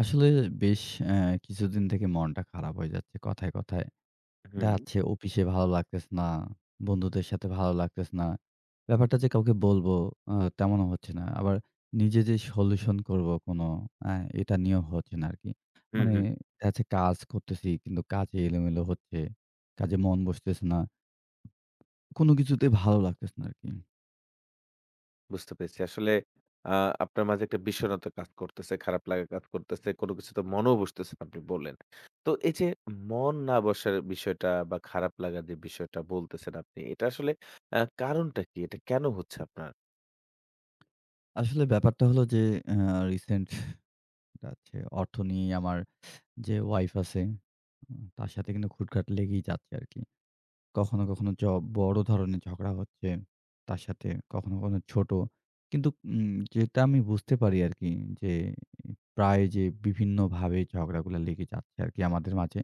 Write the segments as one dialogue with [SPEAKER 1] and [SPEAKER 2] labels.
[SPEAKER 1] আসলে বেশ অ্যা কিছুদিন থেকে মনটা খারাপ হয়ে যাচ্ছে কথায়, কথায়। দেখা
[SPEAKER 2] হুম,
[SPEAKER 1] যাচ্ছে অফিসে ভালো লাগতেছে না, বন্ধুদের সাথে ভালো লাগতেছে না। ব্যাপারটা যে কাউকে বলব তেমনও হচ্ছে না। আবার নিজে যে সলিউশন করব কোনো আ এটা নিয়েও হচ্ছে না আরকি।
[SPEAKER 2] হুম,
[SPEAKER 1] মানে
[SPEAKER 2] হুম।
[SPEAKER 1] দেখা যাচ্ছে কাজ করতেছি কিন্তু কাজে এলোমেলো হচ্ছে। কাজে মন বসতেছে না। কোনো কিছুতেই ভালো লাগতেছে না আরকি।
[SPEAKER 2] বুঝতে পেরেছি। আসলে আ আপনার মাঝে একটা বিষণ্ণতা কাজ করতেছে, খারাপ লাগা কাজ করতেছে, কোনো কিছুতে মনও বসতেছে না আপনি বললেন। তো এই যে মন না বসার বিষয়টা বা খারাপ লাগার যে বিষয়টা বলতেছেন আপনি, এটা আসলে কারণটা কি? এটা কেন হচ্ছে আপনার?
[SPEAKER 1] আসলে ব্যাপারটা হলো যে অ্যা রিসেন্ট দেখা যাচ্ছে অর্থ নিয়ে আমার যে ওয়াইফ আছে, তার সাথে কিন্তু খুটখাট লেগেই যাচ্ছে আরকি। কখনো, কখনো বড় ধরনের ঝগড়া হচ্ছে তার সাথে, কখনো, কখনো ছোট। কিন্তু যেটা আমি বুঝতে পারি আরকি যে প্রায় যে বিভিন্নভাবে ঝগড়াগুলা লেগে যাচ্ছে আরকি আমাদের মাঝে।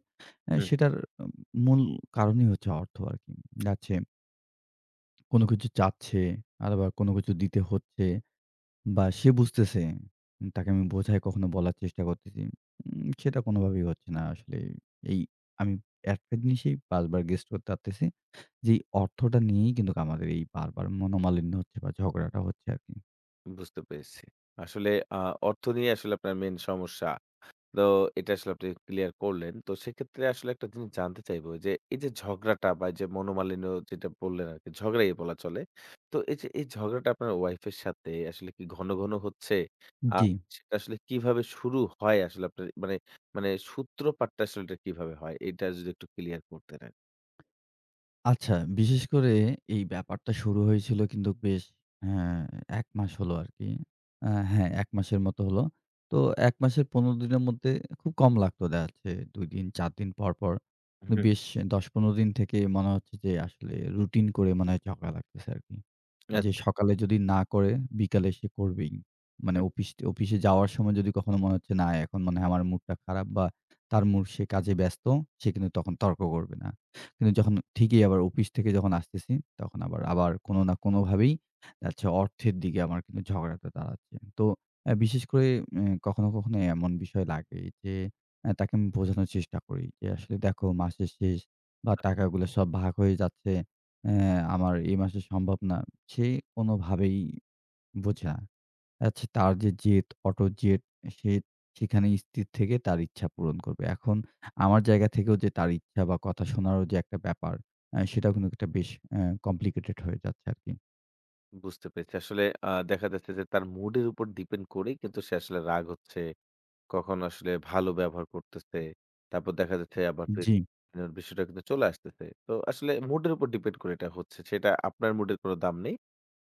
[SPEAKER 2] হুম,
[SPEAKER 1] সেটার আম মূল কারণই হচ্ছে অর্থ আরকি। যাচ্ছে কোনো কিছু চাচ্ছে, আর আবার কোনো কিছু দিতে হচ্ছে। বা সে বুঝতেছে। তাকে আমি বোঝায় কখনো বলার চেষ্টা করতেছি। সেটা কোনোভাবেই হচ্ছে না আসলে। এই আমি একটা জিনিসেই বারবার গেস করতে পারতেছি যে এই অর্থটা নিয়েই কিন্তু আমাদের এই বারবার মনোমালিন্য হচ্ছে বা ঝগড়াটা হচ্ছে আরকি।
[SPEAKER 2] বুঝতে পেরেছি। আসলে আ অর্থ নিয়ে আসলে আপনার মেইন সমস্যা। তো এটা আসলে আপনি ক্লিয়ার করলেন। তো সেক্ষেত্রে আসলে একটা জিনিস জানতে চাইবো যে, এই যে ঝগড়াটা বা এই যে মনোমালিন্য যেটা বললেন আরকি, ঝগড়াই বলা চলে। তো এই যে এই ঝগড়াটা আপনার ওয়াইফের সাথে আসলে কি ঘন, ঘন হচ্ছে? আর
[SPEAKER 1] জি।
[SPEAKER 2] সেটা আসলে কিভাবে শুরু হয় আসলে আপনার মানে মানে সূত্রপাতটা আসলে এটা কিভাবে হয়? এটা যদি একটু ক্লিয়ার করতেন আর কি।
[SPEAKER 1] আচ্ছা, বিশেষ করে এই ব্যাপারটা শুরু হয়েছিল কিন্তু বেশ হ্যাঁ, ১ মাস হলো আরকি। হ্যাঁ, ১ মাসের মতো হলো। তো ১ মাসের ১৫ দিনের মধ্যে খুব কম লাগতো। দেখা যাচ্ছে ২ দিন, ৪ দিন পর, পর। কিন্তু
[SPEAKER 2] হুম।
[SPEAKER 1] বেশ ১০-১৫ দিন থেকে মনে হচ্ছে যে আসলে রুটিন করে মনে হয় ঝগড়া লাগতেছে আরকি।
[SPEAKER 2] আচ্ছা,
[SPEAKER 1] যে সকালে যদি না করে বিকালে সে করবেই। মানে
[SPEAKER 2] হুম,
[SPEAKER 1] অফিসে যাওয়ার সময় যদি কখনো মনে হচ্ছে না এখন মনে হয় আমার মুডটা খারাপ বা তার মুড সে কাজে ব্যস্ত, সে কিন্তু তখন তর্ক করবে না। কিন্তু যখন ঠিকই আবার অফিস থেকে যখন আসতেছি তখন আবার কোনো না কোনোভাবেই আচ্ছা অর্থের দিকে আমার কিন্তু ঝগড়াটা দাঁড়াচ্ছে। তো বিশেষ করে কখনো, কখনো এমন বিষয় লাগে যে তাকে আমি বোঝানোর চেষ্টা করি যে আসলে দেখো মাসের শেষ বা টাকাগুলো সব ভাগ হয়ে যাচ্ছে। হ্যাঁ, আমার এই মাসে সম্ভব না। সে কোনোভাবেই বোঝে না। আচ্ছা তার যে জেদ, অটো জেদ সে সেখানে স্থির থেকে তার ইচ্ছা পূরণ করবে। এখন আমার জায়গা থেকেও যে তার ইচ্ছা বা কথা শোনারও যে একটা ব্যাপার, সেটাও কিন্তু একটা বেশ কমপ্লিকেটেড হয়ে যাচ্ছে আরকি।
[SPEAKER 2] বুঝতে পেরেছি। আসলে দেখা যাচ্ছে যে তার মুডের উপর ডিপেন্ড করেই কিন্তু সে আসলে রাগ হচ্ছে কখন আসলে ভালো ব্যবহার করতেছে। তারপর দেখা যাচ্ছে আবার ফের
[SPEAKER 1] জি,
[SPEAKER 2] বিষয়টা কিন্তু চলে আসতেছে। তো আসলে মুডের উপর ডিপেন্ড করে এটা হচ্ছে। সেটা আপনার মুডের কোনো দাম নেই।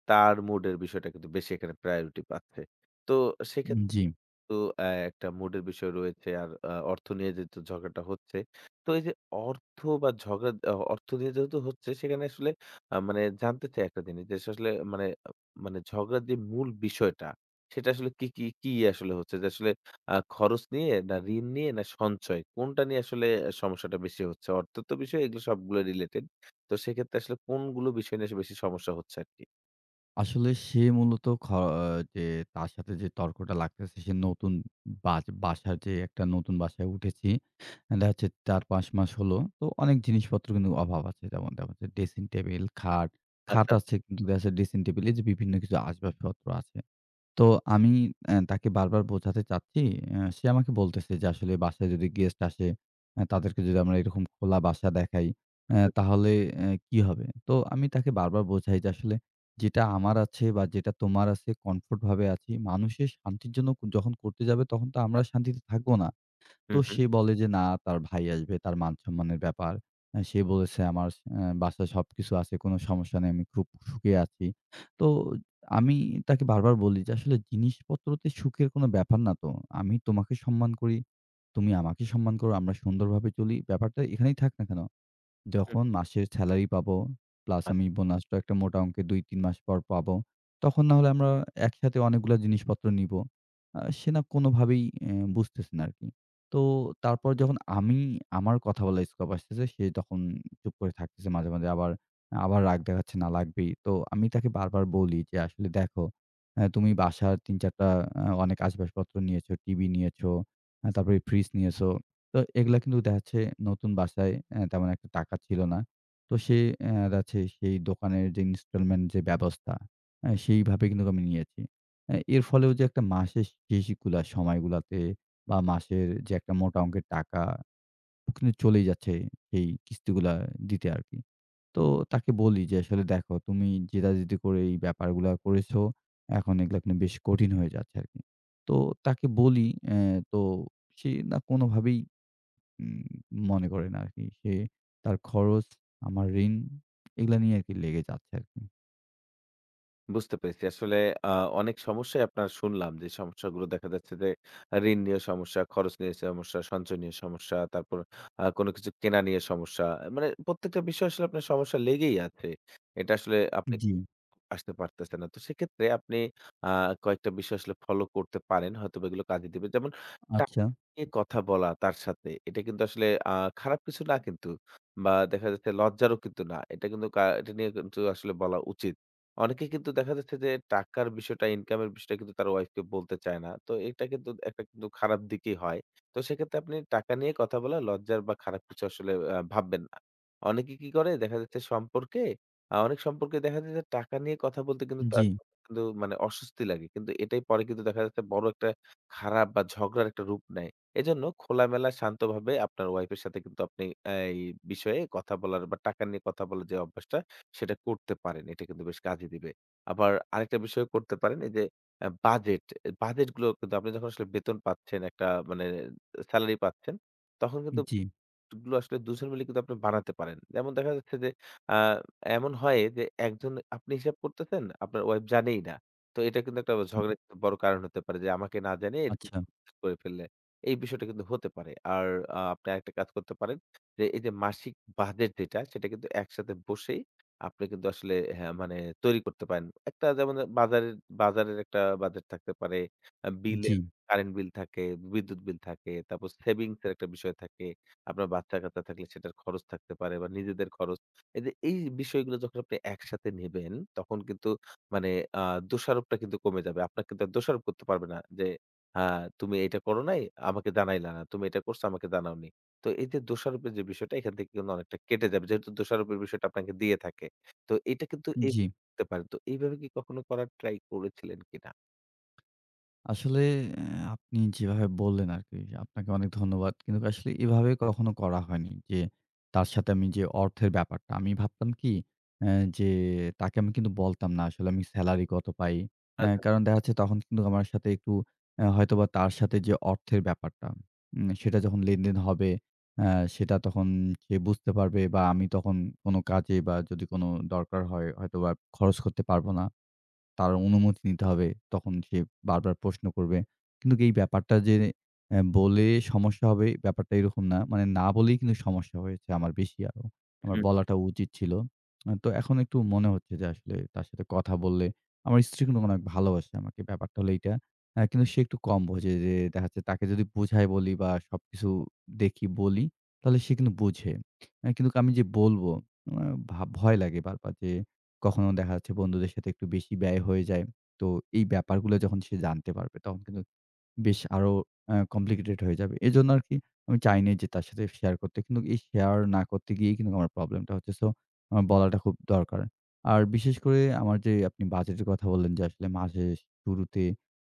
[SPEAKER 2] তার মুডের বিষয়টা কিন্তু বেশি এখানে প্রায়োরিটি পাচ্ছে। তো সেক্ষেত্রে
[SPEAKER 1] জি।
[SPEAKER 2] তো একটা মুডের বিষয় রয়েছে। আর অর্থ নিয়ে যেহেতু ঝগড়াটা হচ্ছে। তো এই যে অর্থ বা ঝগড়া অর্থ নিয়ে যেহেতু হচ্ছে সেখানে আসলে মানে জানতে চাই একটা জিনিস যে আসলে মানে মানে ঝগড়ার যে মূল বিষয়টা সেটা আসলে কি, কি, কি আসলে হচ্ছে? যে আসলে খরচ নিয়ে না ঋণ নিয়ে না সঞ্চয় কোনটা নিয়ে আসলে সমস্যাটা বেশি হচ্ছে? অর্থ তো বিষয় এগুলো সবগুলো রিলেটেড। তো সেক্ষেত্রে আসলে কোনগুলো বিষয় নিয়ে বেশি সমস্যা হচ্ছে আরকি?
[SPEAKER 1] আসলে সে মূলত যে তার সাথে যে তর্কটা লাগতেছে সে নতুন বাসায় যে একটা নতুন বাসায় উঠেছি। দেখা যাচ্ছে ৪-৫ মাস হলো। তো অনেক জিনিসপত্র কিন্তু অভাব আছে। যেমন দেখা যাচ্ছে ড্রেসিং টেবিল, খাট। খাট
[SPEAKER 2] আচ্ছা।
[SPEAKER 1] আছে কিন্তু দেখা যাচ্ছে ড্রেসিং টেবিলে যে বিভিন্ন কিছু আসবাবপত্র আছে। তো আমি তাকে বারবার বোঝাতে চাচ্ছি। সে আমাকে বলতেছে যে আসলে বাসায় যদি গেস্ট আসে, তাদেরকে যদি আমরা এরকম খোলা বাসা দেখাই, তাহলে কি হবে? তো আমি তাকে বারবার বোঝাই যে আসলে যেটা আমার আছে বা যেটা তোমার আছে কমফোর্ট ভাবে আছি। মানুষের শান্তির জন্য যখন করতে যাবে তখন তো আমরা শান্তিতে থাকবো না। তো
[SPEAKER 2] হুম, হুম, হুম।
[SPEAKER 1] সে বলে যে, "না তার ভাই আসবে, তার মান-সম্মানের ব্যাপার।" সে বলেছে, "আমার বাসায় সবকিছু আছে, কোনো সমস্যা নেই, আমি খুব সুখে আছি।" তো আমি তাকে বারবার বলি যে, "আসলে জিনিসপত্রতে সুখের কোনো ব্যাপার না তো। আমি তোমাকে সম্মান করি, তুমি আমাকে সম্মান করো, আমরা সুন্দরভাবে চলি। ব্যাপারটা এখানেই থাক না কেন?
[SPEAKER 2] হুম।
[SPEAKER 1] যখন মাসের স্যালারি পাবো, প্লাস আমি বোনাসটা একটা মোটা অঙ্কে ২-৩ মাস পর পাবো, তখন না হলে আমরা একসাথে অনেকগুলা জিনিসপত্র নিবো। সে না কোনোভাবেই এ বুঝতেছে না আরকি। তো তারপর যখন আমি আমার কথা বলার স্কোপ আসতেছে, সে তখন চুপ করে থাকতেছে মাঝে, মাঝে। আবার রাগ দেখাচ্ছে, না লাগবেই। তো আমি তাকে বারবার বলি যে, "আসলে দেখো, তুমি বাসার ৩-৪ টা অনেক আসবাবপত্র নিয়েছো, টিভি নিয়েছো, তারপরে ফ্রিজ নিয়েছো।" তো এগুলা কিন্তু দেখা যাচ্ছে নতুন বাসায় তেমন একটা টাকা ছিল না। তো সে যাচ্ছে সেই দোকানের যে ইনস্টলমেন্ট যে ব্যবস্থা, সেইভাবে কিন্তু আমি নিয়েছি। এর ফলেও যে একটা মাসের শেষগুলা সময়গুলাতে বা মাসের যে একটা মোটা অঙ্কের টাকা কিন্তু চলেই যাচ্ছে এই কিস্তিগুলা দিতে আরকি। তো তাকে বলি যে, "আসলে দেখো তুমি জেদাজেদি করে এই ব্যাপারগুলা করেছো। এখন এগুলা কিন্তু বেশ কঠিন হয়ে যাচ্ছে আরকি।" তো তাকে বলি তো সে না কোনোভাবেই উম মনে করেন আরকি। সে তার খরচ, আমার ঋণ এগুলা নিয়ে আরকি লেগে যাচ্ছে আরকি।
[SPEAKER 2] বুঝতে পেরেছি। আসলে আ অনেক সমস্যাই আপনার শুনলাম যে সমস্যাগুলো দেখা যাচ্ছে যে ঋণ নিয়ে সমস্যা, খরচ নিয়ে সমস্যা, সঞ্চয় নিয়ে সমস্যা, তারপর কোনো কিছু কেনা নিয়ে সমস্যা। মানে প্রত্যেকটা বিষয় আসলে আপনার সমস্যা লেগেই আছে। এটা আসলে আপনি
[SPEAKER 1] জি,
[SPEAKER 2] আসতে পারতেছে না। তো সেক্ষেত্রে আপনি আ কয়েকটা বিষয় আসলে ফলো করতে পারেন। হয়তোবা এগুলো কাজে দিবে। যেমন টাকা
[SPEAKER 1] আচ্ছা।
[SPEAKER 2] নিয়ে কথা বলা তার সাথে। এটা কিন্তু আসলে খারাপ কিছু না কিন্তু। বা দেখা যাচ্ছে লজ্জারও কিন্তু না। এটা কিন্তু এটা নিয়ে কিন্তু আসলে বলা উচিত। অনেকে কিন্তু দেখা যাচ্ছে যে টাকার বিষয়টা, ইনকামের বিষয়টা কিন্তু তার ওয়াইফকে বলতে চায় না। তো এটা কিন্তু একটা কিন্তু খারাপ দিকই হয়। তো সেক্ষেত্রে আপনি টাকা নিয়ে কথা বলা লজ্জার বা খারাপ কিছু আসলে ভাববেন না। অনেকে কি করে দেখা যাচ্ছে সম্পর্কে অনেক সম্পর্কে দেখা যায় যে টাকা নিয়ে কথা বলতে কিন্তু তার
[SPEAKER 1] জি,
[SPEAKER 2] কিন্তু মানে অস্বস্তি লাগে। কিন্তু এটাই পরে কিন্তু দেখা যাচ্ছে বড় একটা খারাপ বা ঝগড়ার একটা রূপ নেয়। এজন্য খোলামেলা শান্তভাবে আপনার ওয়াইফের সাথে কিন্তু আপনি এই বিষয়ে কথা বলার বা টাকা নিয়ে কথা বলার যে অভ্যাসটা সেটা করতে পারেন। এটা কিন্তু বেশ কাজে দিবে। আবার আরেকটা বিষয় করতে পারেন এই যে আ বাজেট, বাজেট গুলো কিন্তু আপনি যখন আসলে বেতন পাচ্ছেন একটা মানে স্যালারি পাচ্ছেন, তখন কিন্তু
[SPEAKER 1] জি।
[SPEAKER 2] গুলো আসলে দুজন মিলে কিন্তু আপনি বানাতে পারেন। যেমন দেখা যাচ্ছে যে আ এমন হয় যে একজন আপনি হিসাব করতেছেন, আপনার ওয়াইফ জানেই না। তো এটা কিন্তু একটা
[SPEAKER 1] উ
[SPEAKER 2] ঝগড়ার কিন্তু বড় কারণ হতে পারে যে আমাকে না জানিয়ে এরকম
[SPEAKER 1] আচ্ছা।
[SPEAKER 2] করে ফেললে। এই বিষয়টা কিন্তু হতে পারে। আর আপনি আরেকটা কাজ করতে পারেন যে এই যে মাসিক বাজেট যেটা সেটা কিন্তু একসাথে বসেই আপনি কিন্তু আসলে হ্যাঁ, মানে তৈরি করতে পারেন। একটা যেমন বাজারের বাজারের একটা বাজেট থাকতে পারে, আ
[SPEAKER 1] জি,
[SPEAKER 2] বিলের কারেন্ট বিল থাকে, বিদ্যুৎ বিল থাকে, তারপর সেভিংস এর একটা বিষয় থাকে। আপনার বাচ্চা-কাচ্চা থাকলে সেটার খরচ থাকতে পারে বা নিজেদের খরচ। এই যে এই বিষয়গুলো যখন আপনি একসাথে নিবেন, তখন কিন্তু মানে আ দোষারোপটা কিন্তু কমে যাবে। আপনার কিন্তু আর দোষারোপ করতে পারবে না যে, হ্যাঁ, "তুমি এটা করো নাই, আমাকে জানাইলা না। তুমি এটা করছো, আমাকে জানাওনি।" তো এই যে দোষারোপের যে বিষয়টা, এখান থেকে কিন্তু অনেকটা কেটে যাবে। যেহেতু দোষারোপের বিষয়টা আপনাকে দিয়ে থাকে। তো এটা কিন্তু এই
[SPEAKER 1] জি।
[SPEAKER 2] করতে পারে। তো এইভাবে কি কখনো করার ট্রাই করেছিলেন কিনা?
[SPEAKER 1] আসলে অ্যা আপনি যেভাবে বললেন আরকি, আপনাকে অনেক ধন্যবাদ। কিন্তু আসলে এভাবে কখনো করা হয়নি যে, তার সাথে আমি যে অর্থের ব্যাপারটা, আমি ভাবতাম কি অ্যা যে তাকে আমি কিন্তু বলতাম না আসলে আমি সেলারি কত পাই।
[SPEAKER 2] আচ্ছা।
[SPEAKER 1] কারণ দেখা যাচ্ছে তখন কিন্তু আমার সাথে একটু হয়তোবা তার সাথে যে অর্থের ব্যাপারটা, সেটা যখন লেনদেন হবে সেটা তখন সে বুঝতে পারবে বা আমি তখন কোনো কাজে বা যদি কোনো দরকার হয় হয়তোবা খরচ করতে পারব না। তার অনুমতি নিতে হবে। তখন সে বারবার প্রশ্ন করবে। কিন্তু এই ব্যাপারটা যে বলে সমস্যা হবে ব্যাপারটা এরকম না। মানে না বলেই কিন্তু সমস্যা হয়েছে আমার বেশি আরো। আমার
[SPEAKER 2] হুম,
[SPEAKER 1] বলাটা উচিত ছিল। তো এখন একটু মনে হচ্ছে যে আসলে তার সাথে কথা বললে আমার স্ত্রী কিন্তু অনেক ভালোবাসে আমাকে। ব্যাপারটা হলো এইটা। কিন্তু সে একটু কম বোঝে যে দেখা যাচ্ছে তাকে যদি বুঝায় বলি বা সবকিছু দেখি বলি তাহলে সে কিন্তু বোঝে। কিন্তু আমি যে বলব, আমার ভয় লাগে বারবার যে কখনো দেখা যাচ্ছে বন্ধুদের সাথে একটু বেশি ব্যয় হয়ে যায়। তো এই ব্যাপারগুলো যখন সে জানতে পারবে তখন কিন্তু বেশ আরো কমপ্লিকেটেড হয়ে যাবে। এজন্য আরকি আমি চাইনি যে তার সাথে শেয়ার করতে। কিন্তু এই শেয়ার না করতে গিয়েই কিন্তু আমার প্রবলেমটা হচ্ছে। সো আমার বলাটা খুব দরকার। আর বিশেষ করে আমার যে আপনি বাজেটের কথা বললেন যে আসলে মাসের শুরুতে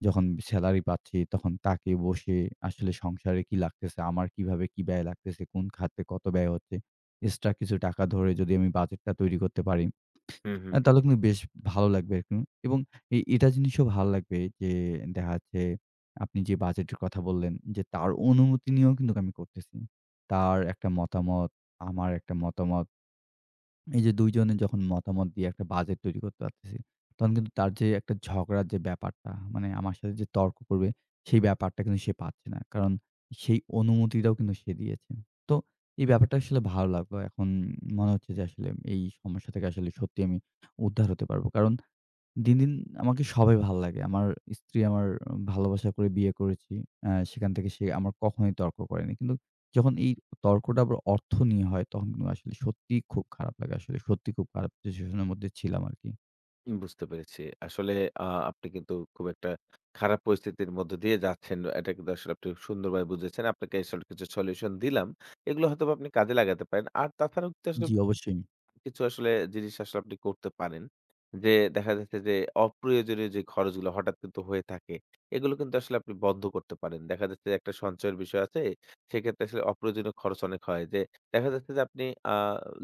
[SPEAKER 1] যখন সেলারি পাচ্ছি তখন তাকে বসে আসলে সংসারে কি লাগতেছে, আমার কিভাবে কি ব্যয় লাগতেছে, কোন খাতে কত ব্যয় হচ্ছে, এক্সট্রা কিছু টাকা ধরে যদি আমি বাজেটটা তৈরি করতে পারি
[SPEAKER 2] হুম, হুম।
[SPEAKER 1] তাহলে কিন্তু বেশ ভালো লাগবে এরকম এবং এটা জিনিসও ভালো লাগবে যে দেখা যাচ্ছে আপনি যে বাজেটের কথা বললেন যে তার অনুমতি নিয়েও কিন্তু আমি করতেছি। তার একটা মতামত, আমার একটা মতামত এই যে ২ জনে যখন মতামত দিয়ে একটা বাজেট তৈরি করতে পারতেছি, তখন কিন্তু তার যে একটা ঝগড়ার যে ব্যাপারটা, মানে আমার সাথে যে তর্ক করবে, সেই ব্যাপারটা কিন্তু সে পাচ্ছে না। কারণ সেই অনুমতিটাও কিন্তু সে দিয়েছে। তো এই ব্যাপারটা আসলে ভালো লাগলো। এখন মনে হচ্ছে যে আসলে এই সমস্যা থেকে আসলে সত্যি আমি উদ্ধার হতে পারবো। কারণ দিন, দিন আমাকে সবাই ভাল লাগে। আমার স্ত্রী আমার ভালোবাসা করে বিয়ে করেছি। সেখান থেকে সে আমার কখনোই তর্ক করেনি। কিন্তু যখন এই তর্কটা আবার অর্থ নিয়ে হয়, তখন কিন্তু আসলে সত্যিই খুব খারাপ লাগে। আসলে সত্যি খুব খারাপ সিচুয়েশন এর মধ্যে ছিলাম আরকি।
[SPEAKER 2] বুঝতে পেরেছি। আসলে আ আপনি কিন্তু খুব একটা খারাপ পরিস্থিতির মধ্য দিয়ে যাচ্ছেন। এটা কিন্তু আসলে আপনি সুন্দরভাবে বুঝেছেন। আপনাকে আসলে কিছু সলিউশন দিলাম। এগুলো হয়তোবা আপনি কাজে লাগাতে পারেন। আর তাছাড়াও কিন্তু আসলে
[SPEAKER 1] জি, অবশ্যই।
[SPEAKER 2] কিছু আসলে জিনিস আসলে আপনি করতে পারেন। যে দেখা যাচ্ছে যে অপ্রয়োজনীয় যে খরচগুলো হঠাৎ কিন্তু হয়ে থাকে, এগুলো কিন্তু আসলে আপনি বন্ধ করতে পারেন। দেখা যাচ্ছে যে একটা সঞ্চয়ের বিষয় আছে, সেক্ষেত্রে আসলে অপ্রয়োজনীয় খরচ অনেক হয়। যে দেখা যাচ্ছে যে আপনি আ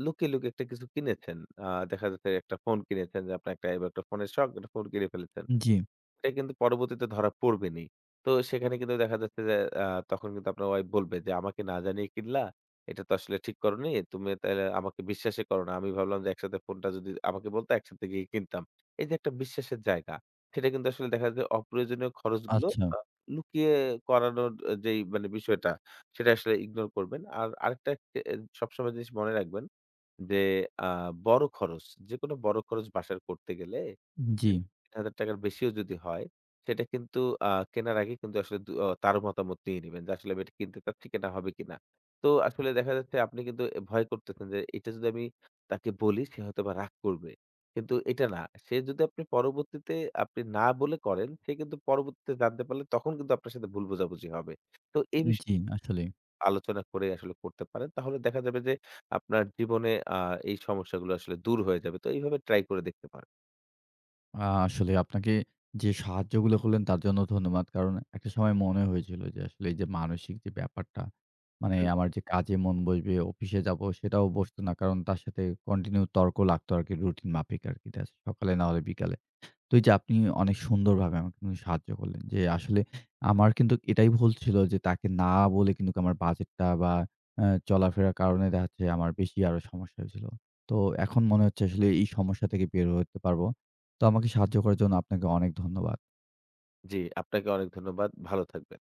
[SPEAKER 2] লুকিয়ে, লুকিয়ে একটা কিছু কিনেছেন। আ দেখা যাচ্ছে একটা ফোন কিনেছেন যে আপনার একটা এবার একটা ফোনের শখ, একটা ফোন কিনে ফেলেছেন।
[SPEAKER 1] জি,
[SPEAKER 2] এটা কিন্তু পরবর্তীতে ধরা পড়বেনই। তো সেখানে কিন্তু দেখা যাচ্ছে যে আ তখন কিন্তু আপনার ওয়াইফ বলবে যে, "আমাকে না জানিয়ে কিনলা। এটা তো আসলে ঠিক করোনি। তুমি তাহলে আমাকে বিশ্বাসই করো না। আমি ভাবলাম যে একসাথে ফোনটা যদি আমাকে বলতো একসাথে গিয়ে কিনতাম।" এই যে একটা বিশ্বাসের জায়গা, সেটা কিন্তু আসলে দেখা যায় যে অপ্রয়োজনীয় খরচগুলো
[SPEAKER 1] আচ্ছা।
[SPEAKER 2] আ লুকিয়ে করানোর যেই মানে বিষয়টা, সেটা আসলে ইগনোর করবেন। আর আরেকটা এ সবসময় জিনিস মনে রাখবেন যে আ বড় খরচ, যেকোনো বড় খরচ বাসার করতে গেলে
[SPEAKER 1] জি,
[SPEAKER 2] ৳১০,০০০ র বেশিও যদি হয়, সেটা কিন্তু কেনার আগে কিন্তু আসলে দু অ তার মতামত নিয়ে নিবেন যে, আসলে আমি এটা কিনতে চাচ্ছি কিনা, হবে কিনা। তো আসলে দেখা যাচ্ছে আপনি কিন্তু ভয় করতেছেন যে, এটা যদি আমি তাকে বলি সে হয়তোবা রাগ করবে। কিন্তু এটা না। সে যদি আপনি পরবর্তীতে আপনি না বলে করেন, সে কিন্তু পরবর্তীতে জানতে পারলে তখন কিন্তু আপনার সাথে ভুল বোঝাবুঝি হবে। তো এই বিষয়ে
[SPEAKER 1] জি, আসলেই।
[SPEAKER 2] আলোচনা করে আসলে করতে পারেন। তাহলে দেখা যাবে যে, আপনার জীবনে এই সমস্যাগুলো আসলে দূর হয়ে যাবে। তো এইভাবে ট্রাই করে দেখতে পারেন।
[SPEAKER 1] আ আসলে আপনাকে যে সাহায্যগুলো করলেন তার জন্য ধন্যবাদ। কারণ একটা সময় মনে হয়েছিল যে আসলে এই যে মানসিক যে ব্যাপারটা, মানে আমার যে কাজে মন বসবে, অফিসে যাবো সেটাও বসতো না। কারণ তার সাথে কন্টিনিউ তর্ক লাগতো আরকি রুটিন মাফিক আরকি। দ্যাটস সকালে না হলে বিকালে। তো এইযে আপনি অনেক সুন্দরভাবে আমাকে কিন্তু সাহায্য করলেন যে, আসলে আমার কিন্তু এটাই ভুল ছিল যে, তাকে না বলে কিন্তু আমার বাজেটটা বা চলাফেরার কারণে দেখা যাচ্ছে আমার বেশি আরো সমস্যা হয়েছিল। তো এখন মনে হচ্ছে আসলে এই সমস্যা থেকে বের হতে পারবো। তো আমাকে সাহায্য করার জন্য আপনাকে অনেক ধন্যবাদ।
[SPEAKER 2] জি, আপনাকে অনেক ধন্যবাদ। ভালো থাকবেন।